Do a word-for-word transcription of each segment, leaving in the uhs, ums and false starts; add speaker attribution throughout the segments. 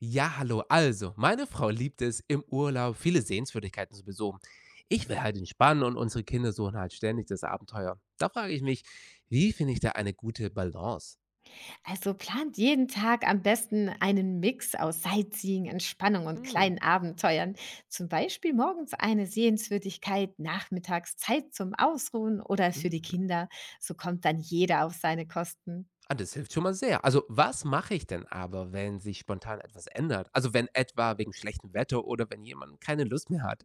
Speaker 1: Ja, hallo. Also, meine Frau liebt es im Urlaub, viele Sehenswürdigkeiten zu besuchen. Ich will halt entspannen und unsere Kinder suchen halt ständig das Abenteuer. Da frage ich mich, wie finde ich da eine gute Balance?
Speaker 2: Also plant jeden Tag am besten einen Mix aus Sightseeing, Entspannung und
Speaker 1: Hm.
Speaker 2: kleinen Abenteuern. Zum Beispiel morgens eine Sehenswürdigkeit, nachmittags Zeit zum Ausruhen oder
Speaker 1: hm.
Speaker 2: für die Kinder. So kommt dann jeder auf seine Kosten.
Speaker 1: Ah, das hilft schon mal sehr. Also, was mache ich denn aber, wenn sich spontan etwas ändert? Also, wenn etwa wegen schlechtem Wetter oder wenn jemand keine Lust mehr hat?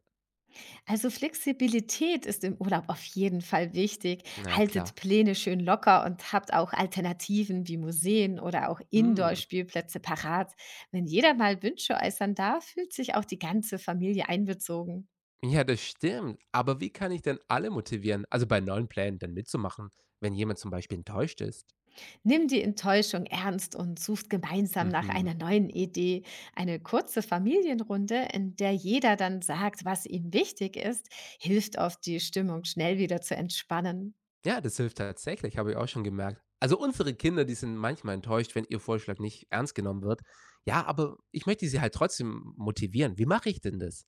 Speaker 2: Also Flexibilität ist im Urlaub auf jeden Fall wichtig.
Speaker 1: Na klar.
Speaker 2: Haltet Pläne schön locker und habt auch Alternativen wie Museen oder auch
Speaker 1: Hm.
Speaker 2: Indoor-Spielplätze parat. Wenn jeder mal Wünsche äußern darf, fühlt sich auch die ganze Familie einbezogen.
Speaker 1: Ja, das stimmt. Aber wie kann ich denn alle motivieren, also bei neuen Plänen dann mitzumachen, wenn jemand zum Beispiel enttäuscht ist?
Speaker 2: Nimm die Enttäuschung ernst und sucht gemeinsam nach
Speaker 1: Mhm.
Speaker 2: einer neuen Idee. Eine kurze Familienrunde, in der jeder dann sagt, was ihm wichtig ist, hilft oft, die Stimmung schnell wieder zu entspannen.
Speaker 1: Ja, das hilft tatsächlich, habe ich auch schon gemerkt. Also unsere Kinder, die sind manchmal enttäuscht, wenn ihr Vorschlag nicht ernst genommen wird. Ja, aber ich möchte sie halt trotzdem motivieren. Wie mache ich denn das?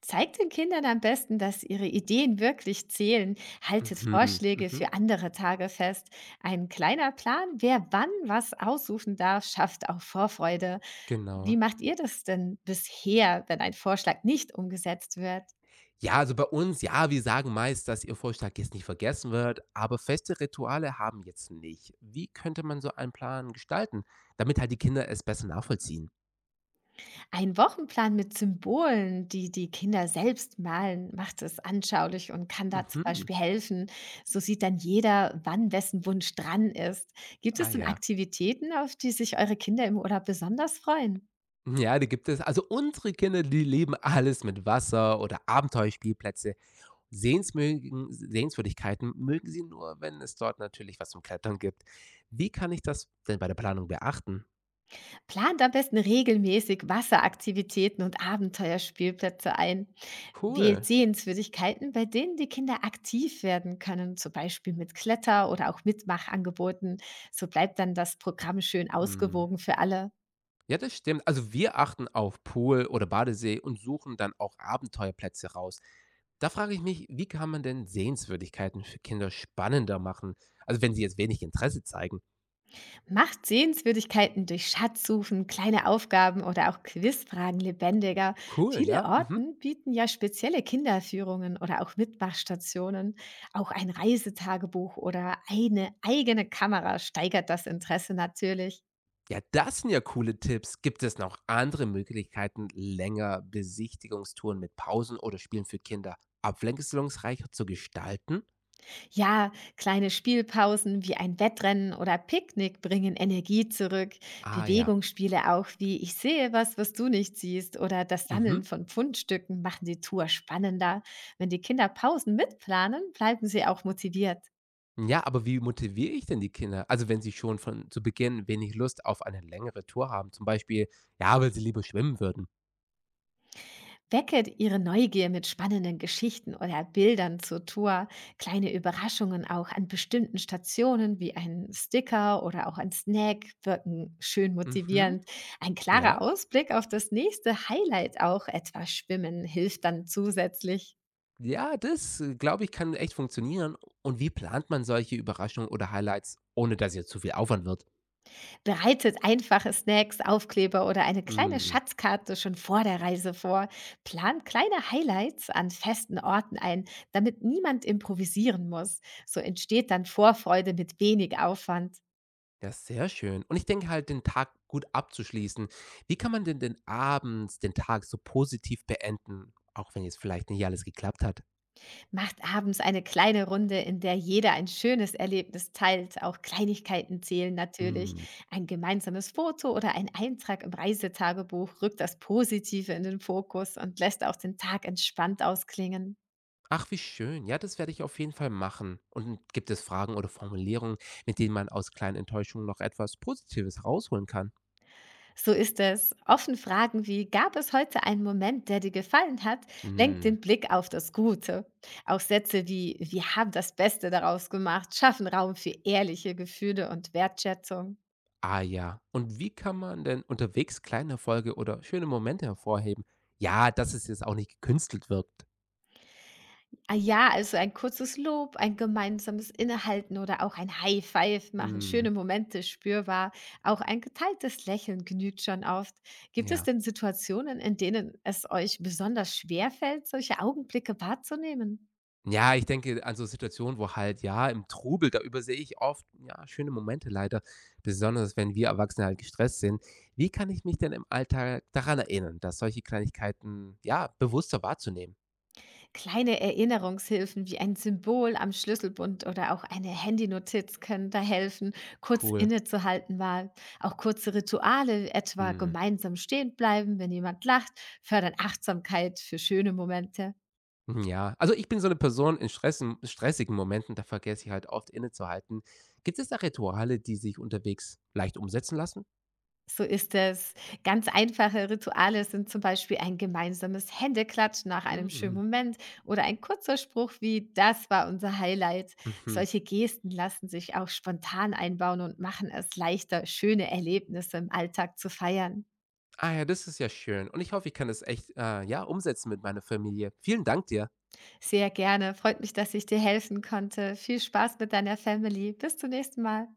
Speaker 2: Zeigt den Kindern am besten, dass ihre Ideen wirklich zählen. Haltet
Speaker 1: Mhm,
Speaker 2: Vorschläge
Speaker 1: mhm,
Speaker 2: für andere Tage fest. Ein kleiner Plan, wer wann was aussuchen darf, schafft auch Vorfreude. Wie
Speaker 1: genau.
Speaker 2: macht ihr das denn bisher, wenn ein Vorschlag nicht umgesetzt wird?
Speaker 1: Ja, also bei uns, ja, wir sagen meist, dass ihr Vorschlag jetzt nicht vergessen wird, aber feste Rituale haben jetzt nicht. Wie könnte man so einen Plan gestalten, damit halt die Kinder es besser nachvollziehen?
Speaker 2: Ein Wochenplan mit Symbolen, die die Kinder selbst malen, macht es anschaulich und kann da zum
Speaker 1: Mhm.
Speaker 2: Beispiel helfen. So sieht dann jeder, wann wessen Wunsch dran ist. Gibt
Speaker 1: Ah
Speaker 2: es denn
Speaker 1: ja.
Speaker 2: Aktivitäten, auf die sich eure Kinder im Urlaub besonders freuen?
Speaker 1: Ja, da gibt es, also unsere Kinder, die leben alles mit Wasser oder Abenteuerspielplätze. Sehensmögen Sehenswürdigkeiten mögen Sie nur, wenn es dort natürlich was zum Klettern gibt. Wie kann ich das denn bei der Planung beachten?
Speaker 2: Plant am besten regelmäßig Wasseraktivitäten und Abenteuerspielplätze ein. Wählt
Speaker 1: Pool.
Speaker 2: Sehenswürdigkeiten, bei denen die Kinder aktiv werden können, zum Beispiel mit Kletter- oder auch Mitmachangeboten. So bleibt dann das Programm schön
Speaker 1: Hm.
Speaker 2: ausgewogen für alle.
Speaker 1: Ja, das stimmt. Also wir achten auf Pool oder Badesee und suchen dann auch Abenteuerplätze raus. Da frage ich mich, wie kann man denn Sehenswürdigkeiten für Kinder spannender machen? Also wenn sie jetzt wenig Interesse zeigen.
Speaker 2: Macht Sehenswürdigkeiten durch Schatzsuchen, kleine Aufgaben oder auch Quizfragen lebendiger.
Speaker 1: Cool,
Speaker 2: Viele
Speaker 1: ja. Mhm.
Speaker 2: Orten bieten ja spezielle Kinderführungen oder auch Mitmachstationen. Auch ein Reisetagebuch oder eine eigene Kamera steigert das Interesse natürlich.
Speaker 1: Ja, das sind ja coole Tipps. Gibt es noch andere Möglichkeiten, länger Besichtigungstouren mit Pausen oder Spielen für Kinder abwechslungsreicher zu gestalten?
Speaker 2: Ja, kleine Spielpausen wie ein Wettrennen oder Picknick bringen Energie zurück.
Speaker 1: Ah ja.
Speaker 2: Bewegungsspiele auch wie Ich sehe was, was du nicht siehst oder das
Speaker 1: Mhm.
Speaker 2: Sammeln von Pfundstücken machen die Tour spannender. Wenn die Kinder Pausen mitplanen, bleiben sie auch motiviert.
Speaker 1: Ja, aber wie motiviere ich denn die Kinder? Also wenn sie schon von zu Beginn wenig Lust auf eine längere Tour haben, zum Beispiel, ja, weil sie lieber schwimmen würden.
Speaker 2: Wecket ihre Neugier mit spannenden Geschichten oder Bildern zur Tour, kleine Überraschungen auch an bestimmten Stationen wie ein Sticker oder auch ein Snack wirken schön
Speaker 1: Mhm.
Speaker 2: motivierend. Ein
Speaker 1: Ja.
Speaker 2: klarer Ausblick auf das nächste Highlight auch, etwa Schwimmen, hilft dann zusätzlich.
Speaker 1: Ja, das äh, glaube ich kann echt funktionieren. Und wie plant man solche Überraschungen oder Highlights, ohne dass ihr zu viel Aufwand wird?
Speaker 2: Bereitet einfache Snacks, Aufkleber oder eine kleine
Speaker 1: Mm.
Speaker 2: Schatzkarte schon vor der Reise vor. Plant kleine Highlights an festen Orten ein, damit niemand improvisieren muss. So entsteht dann Vorfreude mit wenig Aufwand.
Speaker 1: Ja, sehr schön. Und ich denke halt, den Tag gut abzuschließen. Wie kann man denn den abends den Tag so positiv beenden, auch wenn jetzt vielleicht nicht alles geklappt hat?
Speaker 2: Macht abends eine kleine Runde, in der jeder ein schönes Erlebnis teilt. Auch Kleinigkeiten zählen natürlich.
Speaker 1: Hm.
Speaker 2: Ein gemeinsames Foto oder ein Eintrag im Reisetagebuch rückt das Positive in den Fokus und lässt auch den Tag entspannt ausklingen.
Speaker 1: Ach, wie schön. Ja, das werde ich auf jeden Fall machen. Und gibt es Fragen oder Formulierungen, mit denen man aus kleinen Enttäuschungen noch etwas Positives rausholen kann?
Speaker 2: So ist es. Offen Fragen wie, gab es heute einen Moment, der dir gefallen hat, lenkt
Speaker 1: Hm.
Speaker 2: den Blick auf das Gute. Auch Sätze wie, wir haben das Beste daraus gemacht, schaffen Raum für ehrliche Gefühle und Wertschätzung.
Speaker 1: Ah ja. Und wie kann man denn unterwegs kleine Erfolge oder schöne Momente hervorheben? Ja, dass es jetzt auch nicht gekünstelt wirkt.
Speaker 2: Ah ja, also ein kurzes Lob, ein gemeinsames Innehalten oder auch ein High Five machen
Speaker 1: Hm.
Speaker 2: schöne Momente spürbar. Auch ein geteiltes Lächeln genügt schon oft. Gibt es
Speaker 1: Ja.
Speaker 2: denn Situationen, in denen es euch besonders schwer fällt, solche Augenblicke wahrzunehmen?
Speaker 1: Ja, ich denke an so Situationen, wo halt, ja, im Trubel, da übersehe ich oft, ja, schöne Momente leider, besonders wenn wir Erwachsene halt gestresst sind. Wie kann ich mich denn im Alltag daran erinnern, dass solche Kleinigkeiten, ja, bewusster wahrzunehmen?
Speaker 2: Kleine Erinnerungshilfen wie ein Symbol am Schlüsselbund oder auch eine Handynotiz können da helfen, kurz
Speaker 1: Cool.
Speaker 2: innezuhalten mal. Auch kurze Rituale, etwa
Speaker 1: Mhm.
Speaker 2: gemeinsam stehen bleiben, wenn jemand lacht, fördern Achtsamkeit für schöne Momente.
Speaker 1: Ja, also ich bin so eine Person in Stressen, stressigen Momenten, da vergesse ich halt oft innezuhalten. Gibt es da Rituale, die sich unterwegs leicht umsetzen lassen?
Speaker 2: So ist es. Ganz einfache Rituale sind zum Beispiel ein gemeinsames Händeklatschen nach einem schönen
Speaker 1: Mhm.
Speaker 2: Moment oder ein kurzer Spruch wie Das war unser Highlight.
Speaker 1: Mhm.
Speaker 2: Solche Gesten lassen sich auch spontan einbauen und machen es leichter, schöne Erlebnisse im Alltag zu feiern.
Speaker 1: Ah ja, das ist ja schön. Und ich hoffe, ich kann das echt, äh, ja, umsetzen mit meiner Familie. Vielen Dank dir.
Speaker 2: Sehr gerne. Freut mich, dass ich dir helfen konnte. Viel Spaß mit deiner Family. Bis zum nächsten Mal.